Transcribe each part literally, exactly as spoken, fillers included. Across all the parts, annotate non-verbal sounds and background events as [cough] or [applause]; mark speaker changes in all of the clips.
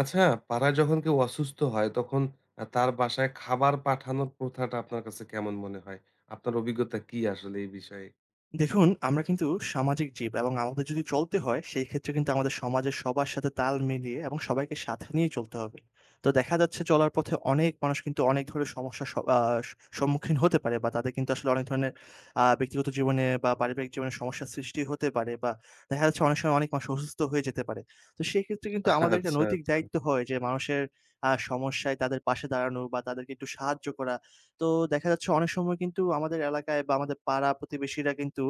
Speaker 1: আচ্ছা, পাড়ায় যখন কেউ অসুস্থ হয় তখন আ তার বাসায় খাবার পাঠানোর প্রথাটা আপনার কাছে কেমন মনে হয়? আপনার অভিজ্ঞতা কি আসলে এই বিষয়ে?
Speaker 2: দেখুন, আমরা কিন্তু সামাজিক জীব এবং আমাদের যদি চলতে হয় সেই ক্ষেত্রে কিন্তু আমাদের সমাজের সবার সাথে তাল মিলিয়ে এবং সবাইকে সাথে নিয়ে চলতে হবে। তো দেখা যাচ্ছে চলার পথে অনেক মানুষ কিন্তু অনেক ধরনের সমস্যার স আ সম্মুখীন হতে পারে বা তাদের কিন্তু আসলে অনেক ধরনের আ ব্যক্তিগত জীবনে বা পারিবারিক জীবনে সমস্যার সৃষ্টি হতে পারে বা দেখা যাচ্ছে অনেক সময় অনেক মানুষ অসুস্থ হয়ে যেতে পারে। তো সেই ক্ষেত্রে কিন্তু আমাদের একটা
Speaker 1: আচ্ছা,
Speaker 2: নৈতিক
Speaker 1: আচ্ছা।
Speaker 2: দায়িত্ব হয় যে মানুষের আ সমস্যায় তাদের পাশে দাঁড়ানো বা তাদেরকে একটু সাহায্য করা। তো দেখা যাচ্ছে অনেক সময় কিন্তু আমাদের এলাকায় বা আমাদের পাড়া প্রতিবেশীরা কিন্তু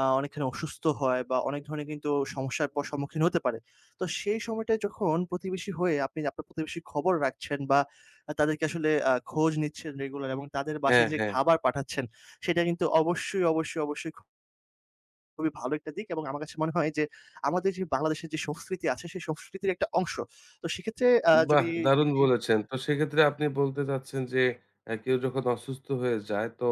Speaker 2: আ অনেকখানি অসুস্থ হয় বা অনেক ধরনের কিন্তু সমস্যার প সম্মুখীন হতে পারে। তো সেই সময়টায় যখন প্রতিবেশী হয়ে আপনি আপনার প্রতিবেশীর খবর রাখছেন বা আ তাদেরকে আসলে আ খোঁজ নিচ্ছেন রেগুলার এবং তাদের
Speaker 1: হ্যাঁ,
Speaker 2: বাসায় যে
Speaker 1: হ্যাঁ।
Speaker 2: খাবার পাঠাচ্ছেন, সেটা কিন্তু অবশ্যই, অবশ্যই, অবশ্যই খুবই ভালো একটা দিক এবং আমার কাছে মনে হয় যে আমাদের যে বাংলাদেশের যে সংস্কৃতি আছে, সেই সংস্কৃতির একটা অংশ। তো সেক্ষেত্রে আ
Speaker 1: বাহ!
Speaker 2: যদি
Speaker 1: দারুণ
Speaker 2: ব্যক্তি
Speaker 1: বলেছেন। তো সেক্ষেত্রে আপনি বলতে চাচ্ছেন যে, অ্যা কেউ যখন অসুস্থ হয়ে যায়, তো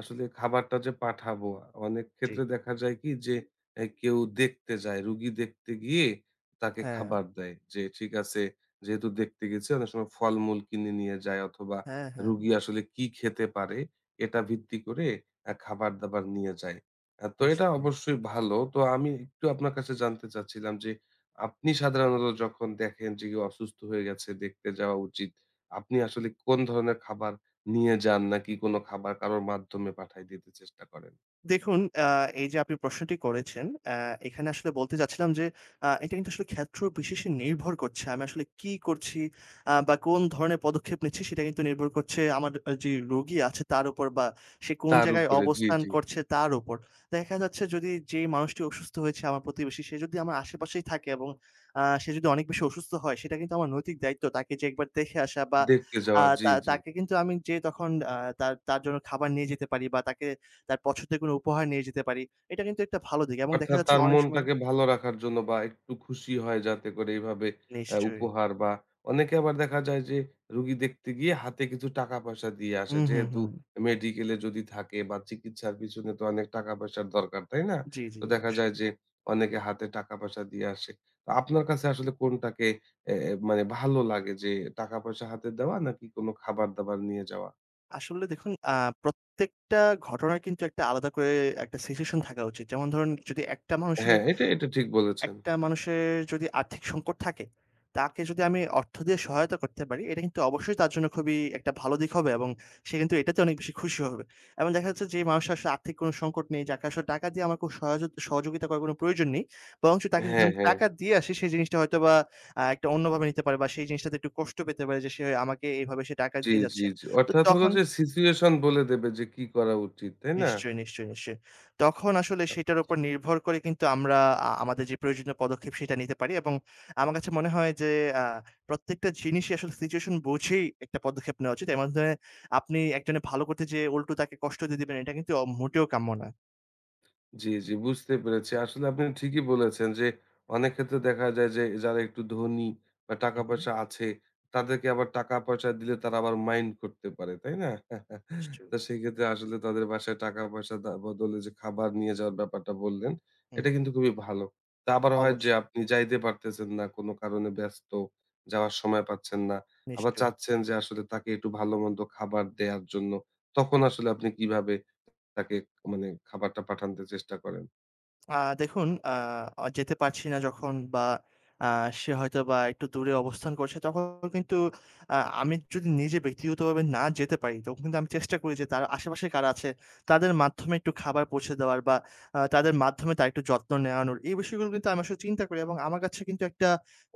Speaker 1: আসলে খাবারটা যে পাঠাবো, অনেক
Speaker 2: জি।
Speaker 1: ক্ষেত্রে দেখা যায় কি যে, অ্যা কেউ দেখতে যায়, রুগী দেখতে গিয়ে তাকে
Speaker 2: হ্যাঁ,
Speaker 1: খাবার দেয়। যে ঠিক আছে, যেহেতু দেখতে গেছে, অনেক সময় ফলমূল কিনে নিয়ে যায় অথবা
Speaker 2: হ্যাঁ, হ্যাঁ,
Speaker 1: রুগী আসলে কি খেতে পারে, এটা ভিত্তি করে অ্যা খাবার-দাবার নিয়ে যায়। অ্যা তো এটা
Speaker 2: নিশ্চয়ই।
Speaker 1: অবশ্যই ভালো। তো আমি একটু আপনার কাছে জানতে চাচ্ছিলাম যে, আপনি সাধারণত যখন দেখেন যে কেউ অসুস্থ হয়ে গেছে, দেখতে যাওয়া উচিত। আপনি আসলে কোন ধরনের খাবার নিয়ে যান নাকি কোন খাবার কারোর মাধ্যমে পাঠায় দিতে চেষ্টা করেন?
Speaker 2: দেখুন, আ এই যে আপনি প্রশ্নটি করেছেন, আ এখানে আসলে বলতে চাচ্ছিলাম যে, আ এটা কিন্তু আসলে ক্ষেত্র বিশেষে নির্ভর করছে। আমি আসলে কি করছি আ বা কোন ধরনের পদক্ষেপ নিচ্ছি সেটা কিন্তু নির্ভর করছে আমার আ যে রোগী আছে তার উপর বা সে কোন
Speaker 1: তার
Speaker 2: জায়গায়
Speaker 1: উপরে জি,
Speaker 2: অবস্থান
Speaker 1: জি।
Speaker 2: করছে তার উপর। দেখা যাচ্ছে যদি যেই মানুষটি অসুস্থ হয়েছে আমার প্রতিবেশী, সে যদি আমার আশেপাশেই থাকে এবং আ সে যদি অনেক বেশি অসুস্থ হয় সেটা কিন্তু আমার নৈতিক দায়িত্ব তাকে যে একবার দেখে আসা বা
Speaker 1: দেখতে
Speaker 2: আ
Speaker 1: যাওয়া। জি,
Speaker 2: তা
Speaker 1: জি।
Speaker 2: তাকে কিন্তু আমি যেয়ে তখন আ তার তার জন্য খাবার নিয়ে যেতে পারি বা তাকে তার পছন্দের কোনো উপহার নিয়ে যেতে পারি। এটা কিন্তু একটা ভালো দিক এবং দেখা
Speaker 1: অর্থাৎ
Speaker 2: যাচ্ছে
Speaker 1: তার
Speaker 2: অনেক সময়
Speaker 1: মনটাকে ভালো রাখার জন্য বা একটু খুশি হয় যাতে করে এভাবে আ
Speaker 2: নিশ্চয়ই।
Speaker 1: উপহার বা অনেকে আবার দেখা যায় যে রুগী দেখতে গিয়ে হাতে কিছু টাকা পয়সা দিয়ে আসে।
Speaker 2: হুম, হুম,
Speaker 1: যেহেতু
Speaker 2: হুম।
Speaker 1: মেডিকেলে যদি থাকে বা চিকিৎসার পিছনে তো অনেক টাকা পয়সার দরকার, তাই না?
Speaker 2: জি, জি
Speaker 1: তো দেখা যায়
Speaker 2: অবশ্যই।
Speaker 1: যে অনেকে হাতে টাকা পয়সা দিয়ে আসে। তো আপনার কাছে আসলে কোনটাকে এ এ মানে ভালো লাগে যে টাকা পয়সা হাতে দেওয়া নাকি কোনো খাবার-দাবার নিয়ে যাওয়া?
Speaker 2: আসলে দেখুন, আ প্রত্যেকটা ঘটনার কিন্তু একটা আলাদা করে একটা সিচুয়েশন থাকা উচিত। যেমন ধরুন যদি একটা মানুষের
Speaker 1: হ্যাঁ, এটা, এটা ঠিক বলেছেন।
Speaker 2: একটা মানুষের যদি আর্থিক সংকট থাকে, তাকে যদি আমি অর্থ দিয়ে সহায়তা করতে পারি, এটা কিন্তু অবশ্যই তার জন্য খুবই একটা ভালো দিক হবে এবং সে কিন্তু এটাতে অনেক বেশি খুশি হবে। এবং দেখা যাচ্ছে যে মানুষের আসলে আর্থিক কোনো সংকট নেই, যাকে আসলে টাকা দিয়ে আমার খুব সহযোগ সহযোগিতা করার কোনো প্রয়োজন নেই। বরঞ্চ তাকে যদি
Speaker 1: হ্যাঁ,
Speaker 2: আমি
Speaker 1: হ্যাঁ।
Speaker 2: টাকা দিয়ে আসি, সেই জিনিসটা হয়তোবা আ একটা অন্যভাবে নিতে পারে বা সেই জিনিসটাতে একটু কষ্ট পেতে পারে যে সে আমাকে এভাবে সে টাকা
Speaker 1: জি,
Speaker 2: দিয়ে
Speaker 1: জি,
Speaker 2: যাচ্ছে।
Speaker 1: জি।
Speaker 2: তো
Speaker 1: অর্থাৎ হলো
Speaker 2: তখন
Speaker 1: যে সিচুয়েশন বলে দেবে যে কি করা উচিত, তাই না?
Speaker 2: নিশ্চয়ই, নিশ্চয়ই, নিশ্চয়ই। তখন আসলে
Speaker 1: আ
Speaker 2: সেটার উপর নির্ভর করে কিন্তু আমরা আ আমাদের যে প্রয়োজনীয় পদক্ষেপ সেটা নিতে পারি এবং আমার কাছে মনে হয় যে আ প্রত্যেকটা জিনিসই আসলে সিচুয়েশন বুঝেই একটা পদক্ষেপ নেওয়া উচিত। এর মাধ্যমে আপনি একজনে ভালো করতে যেয়ে উল্টো তাকে কষ্ট দিয়ে দিবেন এটা কিন্তু অ মোটেও কাম্য না।
Speaker 1: জি, জি বুঝতে পেরেছি। আসলে আপনি ঠিকই বলেছেন যে অনেক ক্ষেত্রে দেখা যায় যে যারা একটু ধনী বা
Speaker 2: হু, হু।
Speaker 1: টাকা-পয়সা আছে তাদেরকে আবার টাকা-পয়সা দিলে তারা আবার মাইন্ড করতে পারে, তাই না? [laughs]
Speaker 2: নিশ্চয়ই।
Speaker 1: তো সেক্ষেত্রে আসলে তাদের বাসায় টাকা-পয়সা দা বদলে যে খাবার নিয়ে যাওয়ার ব্যাপারটা বললেন,
Speaker 2: হুম,
Speaker 1: এটা কিন্তু খুবই ভালো। তা আবার হয় যে
Speaker 2: অবশ্যই।
Speaker 1: আপনি যাইতে পারতেছেন না, কোনো কারণে ব্যস্ত, যাওয়ার সময় পাচ্ছেন না। আবার
Speaker 2: নিশ্চয়ই।
Speaker 1: চাচ্ছেন যে আসলে তাকে একটু ভালো মন্দ খাবার দেয়ার জন্য। তখন আসলে আপনি কিভাবে তাকে মানে খাবারটা পাঠানোর চেষ্টা করেন।
Speaker 2: আ দেখুন, আ অ যেতে পারছি না যখন বা আ সে হয়তোবা একটু দূরে অবস্থান করছে, তখন কিন্তু আ আমি যদি নিজে ব্যক্তিগতভাবে না যেতে পারি, তখন কিন্তু আমি চেষ্টা করি যে তার আশেপাশে কারা আছে, তাদের মাধ্যমে একটু খাবার পৌঁছে দেওয়ার বা আ তাদের মাধ্যমে তার একটু যত্ন নেওয়ানোর। এই বিষয়গুলো কিন্তু আমি আসলে চিন্তা করি এবং আমার কাছে কিন্তু একটা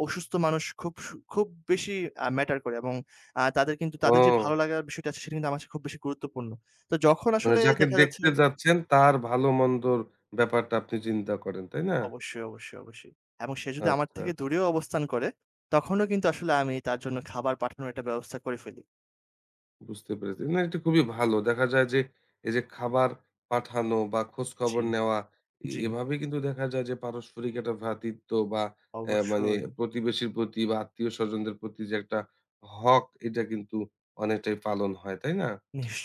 Speaker 2: অসুস্থ মানুষ খুব সু খুব বেশি আ ম্যাটার করে এবং আ তাদের কিন্তু তাদের যে
Speaker 1: ও!
Speaker 2: ভালো লাগার বিষয়টা আছে, সেটা কিন্তু আমার কাছে খুব বেশি গুরুত্বপূর্ণ। তো যখন
Speaker 1: মানে
Speaker 2: আসলে
Speaker 1: যাকে
Speaker 2: দেখা যাচ্ছে
Speaker 1: দেখতে যাচ্ছেন তার ভালো মন্দর ব্যাপারটা আপনি চিন্তা করেন, তাই না?
Speaker 2: অবশ্যই, অবশ্যই, অবশ্যই। এবং সে যদি আমার
Speaker 1: আচ্ছা।
Speaker 2: থেকে দূরেও অবস্থান করে, তখনও কিন্তু আসলে আমি তার জন্য খাবার পাঠানোর একটা ব্যবস্থা করে ফেলি।
Speaker 1: বুঝতে পেরেছি। না এটা খুবই ভালো। দেখা যায় যে এই যে খাবার পাঠানো বা খোঁজ খবর
Speaker 2: জি।
Speaker 1: নেওয়া এ
Speaker 2: জি,
Speaker 1: এভাবে কিন্তু দেখা যায় যে পারস্পরিক একটা ভ্রাতৃত্ব বা অ্যা মানে
Speaker 2: অবশ্যই।
Speaker 1: প্রতিবেশীর প্রতি বা আত্মীয়স্বজনদের প্রতি যে একটা হক এটা কিন্তু অনেকটাই পালন হয়, তাই না?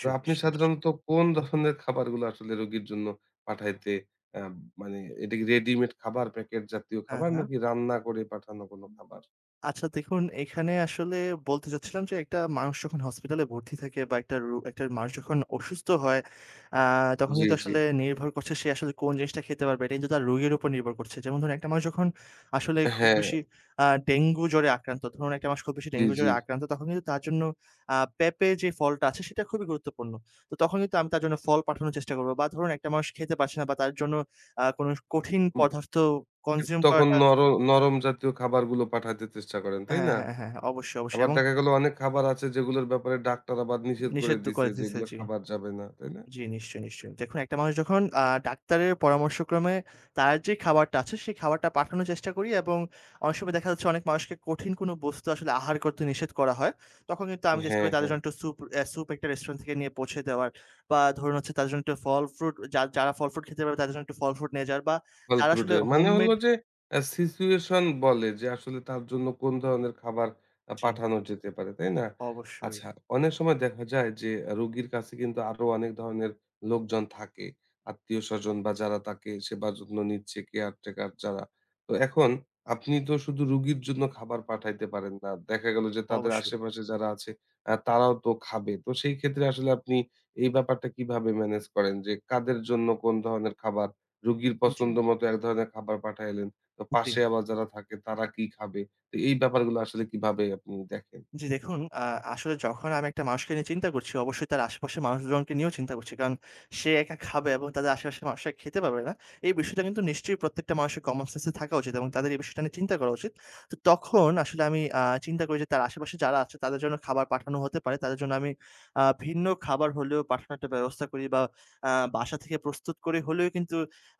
Speaker 1: তো আপনি
Speaker 2: নিশ্চয়ই, নিশ্চয়ই।
Speaker 1: সাধারণত কোন ধরনের খাবারগুলো আসলে রোগীর জন্য পাঠাইতে অ্যা মানে এটা কি রেডিমেড খাবার, প্যাকেট জাতীয়
Speaker 2: হ্যাঁ,
Speaker 1: খাবার
Speaker 2: হ্যাঁ।
Speaker 1: নাকি রান্না করে পাঠানো কোনো খাবার?
Speaker 2: আচ্ছা দেখুন, এখানে আসলে বলতে চাচ্ছিলাম যে, একটা মানুষ যখন হসপিটালে ভর্তি থাকে বা একটা রো একটা মানুষ যখন অসুস্থ হয়, আ তখন
Speaker 1: জি,
Speaker 2: কিন্তু
Speaker 1: জি।
Speaker 2: আসলে নির্ভর করছে সে আসলে কোন জিনিসটা খেতে পারবে। এটা কিন্তু তার রোগের উপর নির্ভর করছে। যেমন ধরুন, একটা মানুষ যখন আসলে খুব
Speaker 1: হ্যাঁ,
Speaker 2: বেশি আ ডেঙ্গু জ্বরে আক্রান্ত, ধরুন একটা মানুষ খুব বেশি
Speaker 1: জি,
Speaker 2: ডেঙ্গু
Speaker 1: জি।
Speaker 2: জ্বরে আক্রান্ত, তখন কিন্তু তার জন্য আ পেঁপে যে ফলটা আছে সেটা খুবই গুরুত্বপূর্ণ। তো তখন কিন্তু আমি তার জন্য ফল পাঠানোর চেষ্টা করব। বা ধরুন একটা মানুষ খেতে পারছে না বা তার জন্য আ কোনো কঠিন পদার্থ কনজিউম
Speaker 1: তখন
Speaker 2: করাটা
Speaker 1: নর নরম জাতীয় খাবারগুলো পাঠাইতে চেষ্টা করেন, তাই
Speaker 2: হ্যাঁ,
Speaker 1: না?
Speaker 2: হ্যাঁ, হ্যাঁ, হ্যাঁ, হ্যাঁ, অবশ্যই, অবশ্যই।
Speaker 1: আবার
Speaker 2: এমন
Speaker 1: দেখা গেল অনেক খাবার আছে যেগুলোর ব্যাপারে ডাক্তার আবার নিষেধ করে
Speaker 2: নিষিদ্ধ
Speaker 1: দিছে
Speaker 2: করে
Speaker 1: যে
Speaker 2: দিছে
Speaker 1: এগুলো
Speaker 2: জি।
Speaker 1: খাবার যাবে না, তাই না?
Speaker 2: জি, নিশ্চয়ই, নিশ্চয়ই। দেখুন একটা মানুষ যখন আ ডাক্তারের পরামর্শক্রমে তার যে খাবারটা আছে সেই খাবারটা পাঠানোর চেষ্টা করি এবং অনেক সময় দেখা যাচ্ছে অনেক মানুষকে কঠিন কোনো বস্তু আসলে আহার করতে নিষেধ করা হয়। তখন কিন্তু আমি চেষ্টা
Speaker 1: হ্যাঁ,
Speaker 2: করি তাদের
Speaker 1: হ্যাঁ।
Speaker 2: জন্য একটু স্যুপ অ্যা স্যুপ একটা রেস্টুরেন্ট থেকে নিয়ে পৌঁছে দেওয়ার বা ধরুন হচ্ছে তাদের জন্য একটু ফল ফ্রুট যা যারা ফল ফ্রুট খেতে পারবে তাদের জন্য একটু ফল ফ্রুট নিয়ে যাওয়ার বা যারা আসলে
Speaker 1: ফলফ্রুটের মানে হলো
Speaker 2: হোমমেড
Speaker 1: যে আ সিচুয়েশন বলে যে আসলে তার জন্য কোন ধরনের খাবার আ
Speaker 2: জি,
Speaker 1: পাঠানো যেতে পারে, তাই না?
Speaker 2: অবশ্যই,
Speaker 1: আচ্ছা, অনেক সময় দেখা যায় যে আহ, রোগীর কাছে কিন্তু আরো অনেক ধরনের লোকজন থাকে। আত্মীয়স্বজন বা যারা তাকে সেবার যত্ন নিচ্ছে কেয়ারটেকার যারা। তো এখন আপনি তো শুধু রুগীর জন্য খাবার পাঠাইতে পারেন না। দেখা গেল যে তাদের
Speaker 2: অবশ্যই।
Speaker 1: আশেপাশে যারা আছে আ তারাও তো খাবে। তো সেই ক্ষেত্রে আসলে আপনি এই ব্যাপারটা কিভাবে মেনেজ করেন যে কাদের জন্য কোন ধরনের খাবার রোগীর
Speaker 2: জি,
Speaker 1: পছন্দ মতো এক ধরনের খাবার পাঠাইলেন। তো
Speaker 2: জি।
Speaker 1: পাশে আবার যারা থাকে তারা কি খাবে? তো এই ব্যাপারগুলো আসলে কিভাবে আপনি দেখেন?
Speaker 2: জি দেখুন, আ আসলে যখন আমি একটা মানুষকে নিয়ে চিন্তা করছি, অবশ্যই তার আশেপাশের মানুষজনকে নিয়েও চিন্তা করছি। কারণ সে একা খাবে এবং তাদের আশেপাশের মানুষরা খেতে পারবে না। এই বিষয়টা কিন্তু নিশ্চয়ই প্রত্যেকটা মানুষের কমন সেন্স এ থাকা উচিত এবং তাদের এই বিষয়টা নিয়ে চিন্তা করা উচিত। তো তখন আসলে আমি আ চিন্তা করি যে তার আশেপাশে যারা আছে তাদের জন্য খাবার পাঠানো হতে পারে। তাদের জন্য আমি আ ভিন্ন খাবার হলেও পাঠানোর একটা ব্যবস্থা করি বা আ বাসা থেকে প্রস্তুত করে হলেও কিন্তু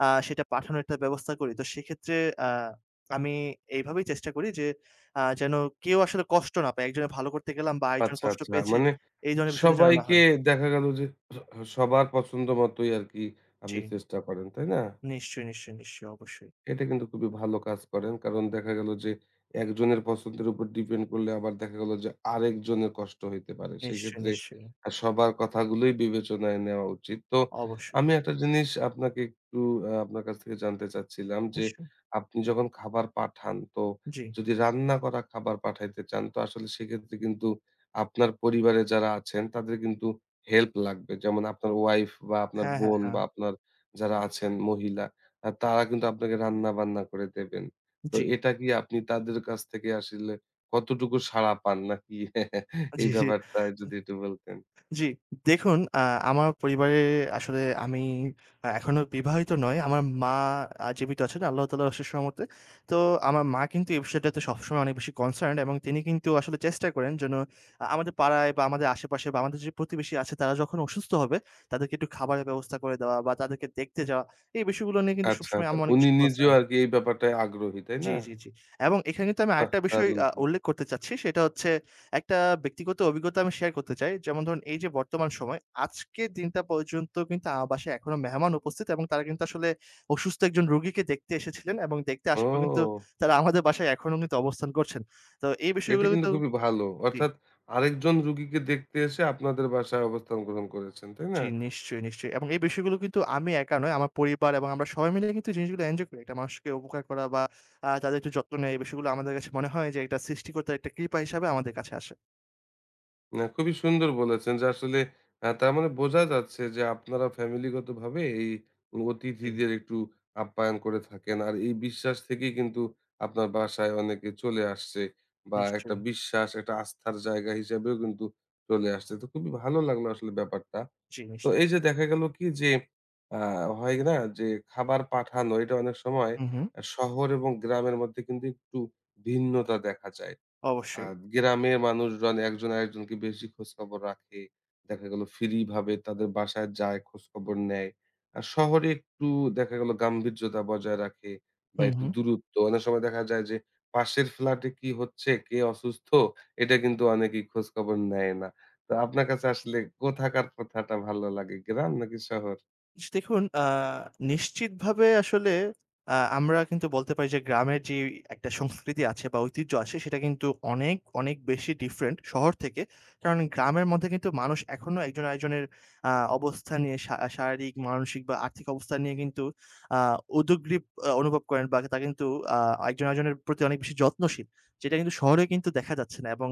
Speaker 2: আ সেটা পাঠানোর একটা ব্যবস্থা করি। তো সেক্ষেত্রে আ আমি এইভাবেই চেষ্টা করি যে আ যেন কেউ আসলে কষ্ট না পায়। একজনের ভালো করতে গেলাম বা আরেকজন
Speaker 1: আচ্ছা,
Speaker 2: কষ্ট
Speaker 1: আচ্ছা।
Speaker 2: পেয়েছে।
Speaker 1: মানে
Speaker 2: এই ধরনের বিষয়টা যেন না
Speaker 1: সবাইকে
Speaker 2: হয়।
Speaker 1: দেখা গেল যে সবার পছন্দ মতোই আরকি
Speaker 2: জি।
Speaker 1: আপনি চেষ্টা করেন, তাই না?
Speaker 2: নিশ্চয়ই, নিশ্চয়ই, নিশ্চয়ই। অবশ্যই।
Speaker 1: এটা কিন্তু খুবই ভালো কাজ করেন। কারণ দেখা গেল যে একজনের পছন্দের উপর ডিপেন্ড করলে আবার দেখা গেল যে আরেকজনের কষ্ট হইতে পারে।
Speaker 2: নিশ্চয়ই,
Speaker 1: সেক্ষেত্রে
Speaker 2: নিশ্চয়ই।
Speaker 1: আ সবার কথাগুলোই বিবেচনায় নেওয়া উচিত। তো
Speaker 2: অবশ্যই।
Speaker 1: আমি একটা জিনিস আপনাকে একটু আ আপনার কাছ থেকে জানতে চাচ্ছিলাম যে
Speaker 2: নিশ্চয়ই।
Speaker 1: আপনি যখন খাবার পাঠান তো
Speaker 2: জি।
Speaker 1: যদি রান্না করা খাবার পাঠাইতে চান তো আসলে সেক্ষেত্রে কিন্তু আপনার পরিবারে যারা আছেন তাদের কিন্তু হেল্প লাগবে। যেমন আপনার ওয়াইফ বা আপনার
Speaker 2: হ্যাঁ, হ্যাঁ,
Speaker 1: বোন
Speaker 2: হ্যাঁ।
Speaker 1: বা আপনার যারা আছেন মহিলা আর তারা কিন্তু আপনাকে রান্না-বান্না করে দেবেন। তো
Speaker 2: জি।
Speaker 1: এটা কি আপনি তাদের কাছ থেকে আসলে কতটুকু সাড়া পান নাকি [laughs] এই
Speaker 2: জি, জি।
Speaker 1: ব্যাপারটা যদি একটু বলতেন?
Speaker 2: জি, দেখুন, আ আমার পরিবারে আসলে আমি আ এখনো বিবাহিত নই। আমার মা আ জীবিত আছেন আল্লাহ তাআলার অশেষ রহমতে। তো আমার মা কিন্তু এই বিষয়টাতে সবসময় অনেক বেশি কনসার্নড এবং তিনি কিন্তু আসলে চেষ্টা করেন যেন আ আমাদের পাড়ায় বা আমাদের আশেপাশে বা আমাদের যে প্রতিবেশী আছে তারা যখন অসুস্থ হবে তাদেরকে একটু খাবারের ব্যবস্থা করে দেওয়া বা তাদেরকে দেখতে যাওয়া। এই বিষয়গুলো নিয়ে কিন্তু
Speaker 1: আচ্ছা,
Speaker 2: সবসময়
Speaker 1: তো
Speaker 2: আম্মু অনেক
Speaker 1: উনি
Speaker 2: বেশি
Speaker 1: নিজেও
Speaker 2: কনসার্নড।
Speaker 1: আরকি এই ব্যাপারটায় আগ্রহী, তাই
Speaker 2: জি,
Speaker 1: না?
Speaker 2: জি, জি। এবং এখানে কিন্তু আমি
Speaker 1: বাহ!
Speaker 2: আরেকটা বিষয়
Speaker 1: দারুণ
Speaker 2: আ
Speaker 1: কিন্তু।
Speaker 2: উল্লেখ করতে চাচ্ছি। সেটা হচ্ছে একটা ব্যক্তিগত অভিজ্ঞতা আমি শেয়ার করতে চাই। যেমন ধরুন এই যে বর্তমান সময়, আজকের দিনটা পর্যন্ত কিন্তু আমার বাসায় এখনো মেহমান উপস্থিত এবং তারা কিন্তু আসলে অসুস্থ একজন রোগীকে দেখতে এসেছিলেন এবং দেখতে আসার পর কিন্তু
Speaker 1: ও!
Speaker 2: তারা আমাদের বাসায় এখনো কিন্তু অবস্থান করছেন। তো এই
Speaker 1: এটা
Speaker 2: বিষয়গুলো
Speaker 1: কিন্তু
Speaker 2: কিন্তু
Speaker 1: খুবই ভালো।
Speaker 2: জি,
Speaker 1: অর্থাৎ আরেকজন রুগীকে দেখতে এসে আপনাদের বাসায় অবস্থান গ্রহণ করেছেন, তাই না?
Speaker 2: জি, নিশ্চয়ই, নিশ্চয়ই। এবং এই বিষয়গুলো কিন্তু আমি একা নয়, আমার পরিবার এবং আমরা সবাই মিলে কিন্তু জিনিসগুলো এনজয় করি। একটা মানুষকে উপকার করা বা আ তাদের একটু যত্ন নেয়া, এই বিষয়গুলো আমাদের কাছে মনে হয় যে এটা সৃষ্টিকর্তার একটা কৃপা হিসাবে আমাদের কাছে আসে।
Speaker 1: না, খুবই সুন্দর বলেছেন যে আসলে আ তার মানে বোঝা যাচ্ছে যে আপনারা ফ্যামিলিগতভাবে এই
Speaker 2: জি,
Speaker 1: অতিথিদের একটু আপ্যায়ন করে থাকেন। আর এই বিশ্বাস থেকেই কিন্তু আপনার বাসায় অনেকে চলে আসছে বা একটা
Speaker 2: নিশ্চয়ই।
Speaker 1: বিশ্বাস, একটা আস্থার জায়গা হিসেবেও কিন্তু চলে আসছে। তো খুবই ভালো লাগলো আসলে ব্যাপারটা।
Speaker 2: জি,
Speaker 1: তো
Speaker 2: নিশ্চয়ই।
Speaker 1: এই যে দেখা গেল কি যে আ হয় না যে খাবার পাঠানো এটা অনেক সময়
Speaker 2: হু, হু।
Speaker 1: আ শহর এবং গ্রামের মধ্যে কিন্তু একটু ভিন্নতা দেখা যায়।
Speaker 2: অবশ্যই।
Speaker 1: আর গ্রামের মানুষজন একজন আরেকজনকে বেশি খোঁজখবর রাখে। দেখা গেল ফ্রি ভাবে তাদের বাসায় যায়, খোঁজখবর নেয়। আর শহরে একটু দেখা গেল গাম্ভীর্যতা বজায় রাখে বা
Speaker 2: হু,
Speaker 1: একটু
Speaker 2: হু।
Speaker 1: দূরত্ব। অনেক সময় দেখা যায় যে পাশের ফ্ল্যাটে কি হচ্ছে, কে অসুস্থ এটা কিন্তু অনেকেই খোঁজখবর নেয় না। তো আপনার কাছে আসলে কোথাকার কথাটা ভালো লাগে, গ্রাম নাকি শহর?
Speaker 2: জি, দেখুন, আ নিশ্চিতভাবে আসলে আ আমরা কিন্তু বলতে পারি যে গ্রামের যে একটা সংস্কৃতি আছে বা ঐতিহ্য আছে সেটা কিন্তু অনেক, অনেক বেশি ডিফারেন্ট শহর থেকে। কারণ গ্রামের মধ্যে কিন্তু মানুষ এখনো একজন আরেকজনের আ অবস্থা নিয়ে শা শারীরিক, মানসিক বা আর্থিক অবস্থা নিয়ে কিন্তু আ উদগ্রীব আ অনুভব করেন বা তা কিন্তু আ একজন আরেকজনের প্রতি অনেক বেশি যত্নশীল। যেটা কিন্তু শহরে কিন্তু দেখা যাচ্ছে না এবং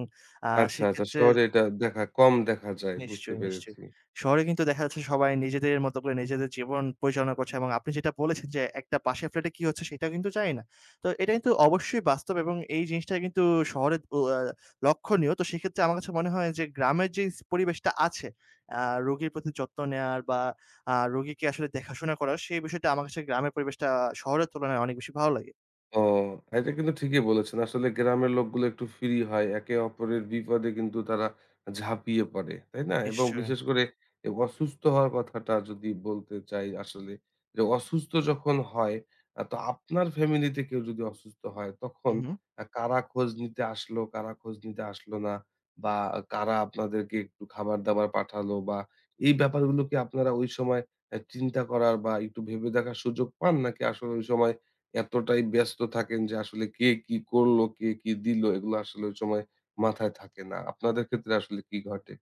Speaker 2: আ
Speaker 1: আচ্ছা, আচ্ছা
Speaker 2: সেক্ষেত্রে
Speaker 1: শহরে এটা দেখা কম দেখা যায়। বুঝতে
Speaker 2: নিশ্চয়ই, নিশ্চয়ই।
Speaker 1: পেরেছি।
Speaker 2: শহরে কিন্তু দেখা যাচ্ছে সবাই নিজেদের মতো করে নিজেদের জীবন পরিচালনা করছে এবং আপনি যেটা বলেছেন যে, একটা পাশের ফ্ল্যাটে কি হচ্ছে সেটাও কিন্তু জানি না। তো এটা কিন্তু অবশ্যই বাস্তব এবং এই জিনিসটা কিন্তু শহরে ও আ লক্ষণীয়। তো সেক্ষেত্রে আমার কাছে মনে হয় যে, গ্রামের যে স পরিবেশটা আছে, আ রোগীর প্রতি যত্ন নেয়ার বা আ রোগীকে আসলে দেখাশোনা করার সেই বিষয়টা আমার কাছে গ্রামের পরিবেশটা শহরের তুলনায় অনেক বেশি ভালো লাগে।
Speaker 1: ও এটা কিন্তু ঠিকই বলেছেন। আসলে গ্রামের লোকগুলো একটু ফ্রি হয়। একে অপরের বিপদে কিন্তু তারা ঝাঁপিয়ে পড়ে, তাই না? এবং
Speaker 2: নিশ্চয়ই।
Speaker 1: বিশেষ করে এ অসুস্থ হওয়ার কথাটা যদি বলতে চাই আসলে যে অসুস্থ যখন হয় আ তো আপনার ফ্যামিলিতে কেউ যদি অসুস্থ হয় তখন
Speaker 2: হু, হু।
Speaker 1: আ কারা খোঁজ নিতে আসলো, কারা খোঁজ নিতে আসলো না বা কারা আপনাদেরকে একটু খাবার-দাবার পাঠালো বা এই ব্যাপারগুলো কি আপনারা ওই সময় অ্যা চিন্তা করার বা একটু ভেবে দেখার সুযোগ পান? নাকি আসলে ওই সময় এতটাই ব্যস্ত থাকেন যে আসলে কে কি করলো, কে কি দিল এগুলো আসলে ওই সময় মাথায় থাকে না। আপনাদের ক্ষেত্রে আসলে কি ঘটে?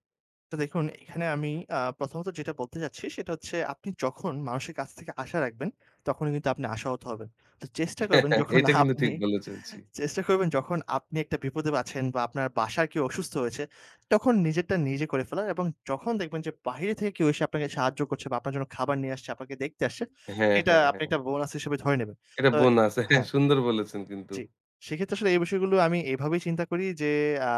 Speaker 2: তো দেখুন এখানে আমি আ প্রথমত যেটা বলতে চাচ্ছি সেটা হচ্ছে আপনি যখন মানুষের কাছ থেকে আশা রাখবেন, তখনই কিন্তু আপনি আশাহত হবেন। তো চেষ্টা
Speaker 1: [laughs]
Speaker 2: করবেন
Speaker 1: হ্যাঁ,
Speaker 2: যখন
Speaker 1: এটা কিন্তু
Speaker 2: আপনি
Speaker 1: ঠিক বলেছেন। জি।
Speaker 2: চেষ্টা করবেন যখন আপনি একটা বিপদে আছেন বা আপনার বাসার কেউ অসুস্থ হয়েছে, তখন নিজেরটা নিজে করে ফেলার এবং যখন দেখবেন যে বাহিরে থেকে কেউ এসে আপনাকে সাহায্য করছে বা আপনার জন্য খাবার নিয়ে আসছে, আপনাকে দেখতে আসছে,
Speaker 1: হ্যাঁ,
Speaker 2: সেটা
Speaker 1: হ্যাঁ,
Speaker 2: আপনি
Speaker 1: হ্যাঁ।
Speaker 2: একটা বোনাস হিসেবে ধরে নেবেন।
Speaker 1: এটা
Speaker 2: তো
Speaker 1: বোনাস। হ্যাঁ,
Speaker 2: হ্যাঁ।
Speaker 1: সুন্দর বলেছেন কিন্তু।
Speaker 2: জি। সেক্ষেত্রে আসলে এই বিষয়গুলো আমি এভাবেই চিন্তা করি যে, আ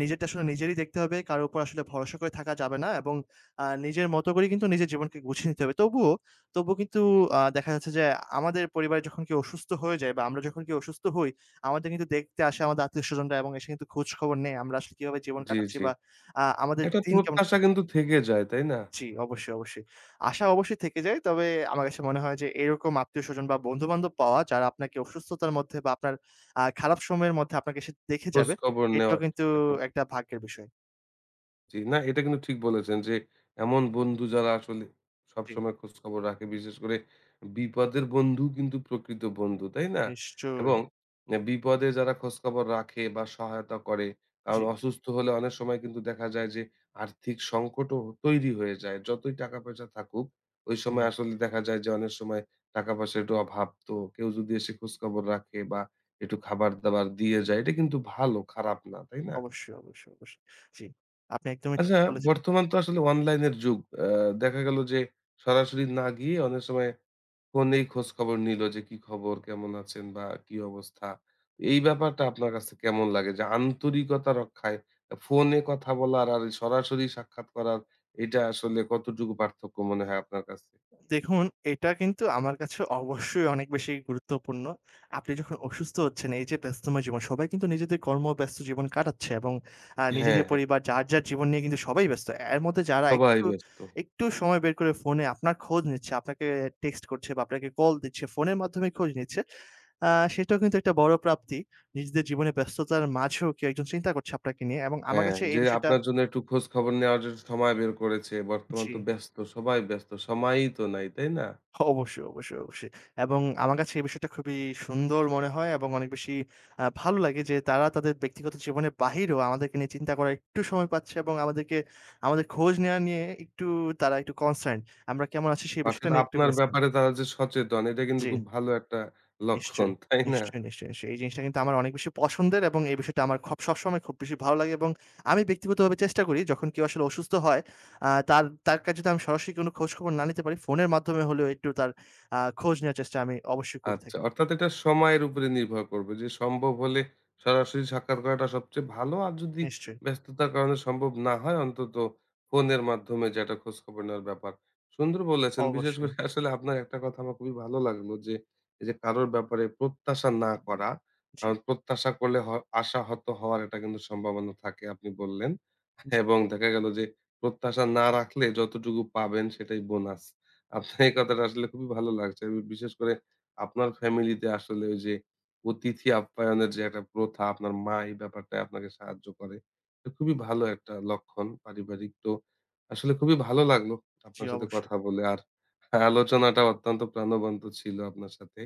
Speaker 2: নিজেরটা আসলে নিজেরই দেখতে হবে। কারো উপর আসলে ভরসা করে থাকা যাবে না এবং আ নিজের মতো করে কিন্তু নিজের জীবনকে গুছিয়ে নিতে হবে। তবুও, তবুও কিন্তু আ দেখা যাচ্ছে যে, আমাদের পরিবারে যখন কেউ অসুস্থ হয়ে যায় বা আমরা যখন কেউ অসুস্থ হই, আমাদের কিন্তু দেখতে আসে আমাদের আত্মীয়স্বজনরা এবং এসে কিন্তু খোঁজ খবর নেয়। আমরা আসলে কিভাবে জীবন
Speaker 1: জি,
Speaker 2: কাটাচ্ছি
Speaker 1: জি।
Speaker 2: বা আ আমাদের
Speaker 1: একটা
Speaker 2: দিন কেমন
Speaker 1: প্রত্যাশা
Speaker 2: কাটছে।
Speaker 1: কিন্তু থেকে যায়, তাই না?
Speaker 2: জি, অবশ্যই, অবশ্যই। আশা অবশ্যই থেকে যায়। তবে আমার কাছে মনে হয় যে এরকম আত্মীয়স্বজন বা বন্ধু-বান্ধব পাওয়া যারা আপনাকে অসুস্থতার মধ্যে বা আপনার আ খারাপ সময়ের মধ্যে আপনাকে সে দেখে যাবে,
Speaker 1: খোঁজখবর
Speaker 2: এটাও
Speaker 1: নেওয়ার
Speaker 2: কিন্তু
Speaker 1: একটা
Speaker 2: একটা ভাগ্যের বিষয়।
Speaker 1: জি, না এটা কিন্তু ঠিক বলেছেন যে এমন বন্ধু যারা আসলে
Speaker 2: জি,
Speaker 1: সবসময় খোঁজ খবর রাখে বিশেষ করে বিপদের বন্ধু কিন্তু প্রকৃত বন্ধু তাই না?
Speaker 2: নিশ্চয়ই।
Speaker 1: এবং এ বিপদে যারা খোঁজখবর রাখে বা সহায়তা করে কারণ
Speaker 2: জি,
Speaker 1: অসুস্থ হলে অনেক সময় কিন্তু দেখা যায় যে আর্থিক সংকটও তৈরি হয়ে যায়। যতই টাকা পয়সা থাকুক ওই
Speaker 2: হুম।
Speaker 1: সময় আসলে দেখা যায় যে অনেক সময় টাকা পয়সার একটু অভাব তো কেউ যদি এসে খোঁজখবর রাখে বা একটু খাবার-দাবার দিয়ে যায় এটা কিন্তু ভালো খারাপ না, তাই না?
Speaker 2: অবশ্যই, অবশ্যই, অবশ্যই। জি, আপনি একদমই ঠিক
Speaker 1: আচ্ছা,
Speaker 2: বলেছেন।
Speaker 1: বর্তমান তো আসলে অনলাইনের যুগ। আ দেখা গেল যে সরাসরি না গিয়ে অনেক সময় ফোনেই খোঁজখবর নিল যে কি খবর, কেমন আছেন বা কি অবস্থা। এই ব্যাপারটা আপনার কাছে কেমন লাগে? যে আন্তরিকতা রক্ষায় ফোনে কথা বলার আর এই সরাসরি সাক্ষাৎ করার এটা আসলে কতটুকু পার্থক্য মনে হয় আপনার কাছে?
Speaker 2: দেখুন, এটা কিন্তু আমার কাছে অবশ্যই অনেক বেশি গুরুত্বপূর্ণ। আপনি যখন অসুস্থ হচ্ছেন এই যে ব্যস্তময় জীবন, সবাই কিন্তু নিজেদের কর্মব্যস্ত জীবন কাটাচ্ছে এবং আ
Speaker 1: হ্যাঁ,
Speaker 2: নিজেদের
Speaker 1: হ্যাঁ।
Speaker 2: পরিবার যার, যার জীবন নিয়ে কিন্তু সবাই ব্যস্ত। এর মধ্যে যারা
Speaker 1: সবাই
Speaker 2: একটু,
Speaker 1: ব্যস্ত।
Speaker 2: একটু সময় বের করে ফোনে আপনার খোঁজ নিচ্ছে, আপনাকে টেক্সট করছে বা আপনাকে কল দিচ্ছে, ফোনের মাধ্যমে খোঁজ নিচ্ছে, আ সেটাও কিন্তু একটা বড় প্রাপ্তি। নিজেদের জীবনে ব্যস্ততার মাঝেও কেউ একজন চিন্তা করছে আপনাকে নিয়ে এবং আমার
Speaker 1: হ্যাঁ,
Speaker 2: কাছে
Speaker 1: যে
Speaker 2: এই বিষয়টা
Speaker 1: আপনার জন্য একটু খোঁজখবর নেওয়ার জন্য সময় বের করেছে। বর্তমান
Speaker 2: জি।
Speaker 1: তো ব্যস্ত, সবাই ব্যস্ত। সময়ই তো নাই, তাই না?
Speaker 2: অবশ্যই, অবশ্যই, অবশ্যই। এবং আমার কাছে এই বিষয়টা খুবই সুন্দর মনে হয় এবং অনেক বেশি আ ভালো লাগে যে তারা তাদের ব্যক্তিগত জীবনের বাহিরেও আমাদেরকে নিয়ে চিন্তা করার একটু সময় পাচ্ছে এবং আমাদেরকে আমাদের খোঁজ নেয়া নিয়ে একটু তারা একটু কনসার্ন। আমরা কেমন আছি সেই
Speaker 1: অর্থাৎ
Speaker 2: বিষয়টা নিয়ে একটু
Speaker 1: আপনার
Speaker 2: কনসার্ন।
Speaker 1: ব্যাপারে তারা যে সচেতন এটা কিন্তু
Speaker 2: জি।
Speaker 1: খুব ভালো একটা লক্ষণ,
Speaker 2: নিশ্চয়ই,
Speaker 1: তাই না?
Speaker 2: নিশ্চয়ই, নিশ্চয়ই, নিশ্চয়ই। এই জিনিসটা কিন্তু আমার অনেক বেশি পছন্দের এবং এই বিষয়টা আমার খব সবসময় খুব বেশি ভালো লাগে এবং আমি ব্যক্তিগতভাবে চেষ্টা করি যখন কেউ আসলে অসুস্থ হয়, আ তার তার কাছে যদি আমি সরাসরি কোনো খোঁজখবর না নিতে পারি, ফোনের মাধ্যমে হলেও একটু তার আ খোঁজ নেওয়ার চেষ্টা আমি অবশ্যই করে
Speaker 1: আচ্ছা,
Speaker 2: থাকি।
Speaker 1: অর্থাৎ এটা সময়ের উপরে নির্ভর করবে যে সম্ভব হলে সরাসরি সাক্ষাৎ করাটা সবচেয়ে ভালো। আর যদি
Speaker 2: নিশ্চয়ই,
Speaker 1: ব্যস্ততার কারণে সম্ভব না হয় অন্তত ফোনের মাধ্যমে যে একটা খোঁজখবর নেওয়ার ব্যাপার। সুন্দর বলেছেন। বিশেষ
Speaker 2: অবশ্যই।
Speaker 1: করে [laughs] আসলে আপনার একটা কথা আমার খুবই ভালো লাগলো যে, এই যে কারোর ব্যাপারে প্রত্যাশা না করা।
Speaker 2: জি,
Speaker 1: কারণ প্রত্যাশা করলে হ আশাহত হওয়ার এটা কিন্তু সম্ভাবনা থাকে আপনি বললেন।
Speaker 2: জি,
Speaker 1: এবং দেখা গেল যে প্রত্যাশা না রাখলে যতটুকু পাবেন সেটাই বোনাস। আপনার এই কথাটা আসলে খুবই ভালো লাগছে। বিশেষ করে আপনার ফ্যামিলিতে আসলে ওই যে অতিথি আপ্যায়নের যে একটা প্রথা আপনার মা এই ব্যাপারটায় আপনাকে সাহায্য করে। তো খুবই ভালো একটা লক্ষণ পারিবারিক। তো আসলে খুবই ভালো লাগলো
Speaker 2: জি,
Speaker 1: আপনার সাথে
Speaker 2: অবশ্যই।
Speaker 1: কথা বলে। আর আলোচনাটা অত্যন্ত প্রাণবন্ত ছিল আপনার সাথে।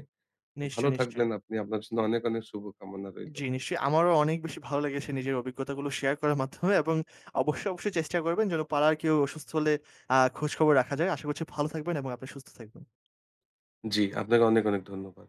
Speaker 1: তো ভালো
Speaker 2: নিশ্চয়ই, নিশ্চয়ই।
Speaker 1: থাকবেন আপনি। আপনার জন্য অনেক, অনেক শুভকামনা রইলো।
Speaker 2: জি, নিশ্চয়ই। আমারও অনেক বেশি ভালো লেগেছে নিজের অভিজ্ঞতাগুলো শেয়ার করার মাধ্যমে এবং অবশ্যই, অবশ্যই চেষ্টা করবেন যেন পাড়ার কেউ অসুস্থ হলে আ খোঁজখবর রাখা যায়। আশা করছি ভালো থাকবেন এবং আপনি সুস্থ থাকবেন।
Speaker 1: জি, আপনাকে অনেক, অনেক ধন্যবাদ।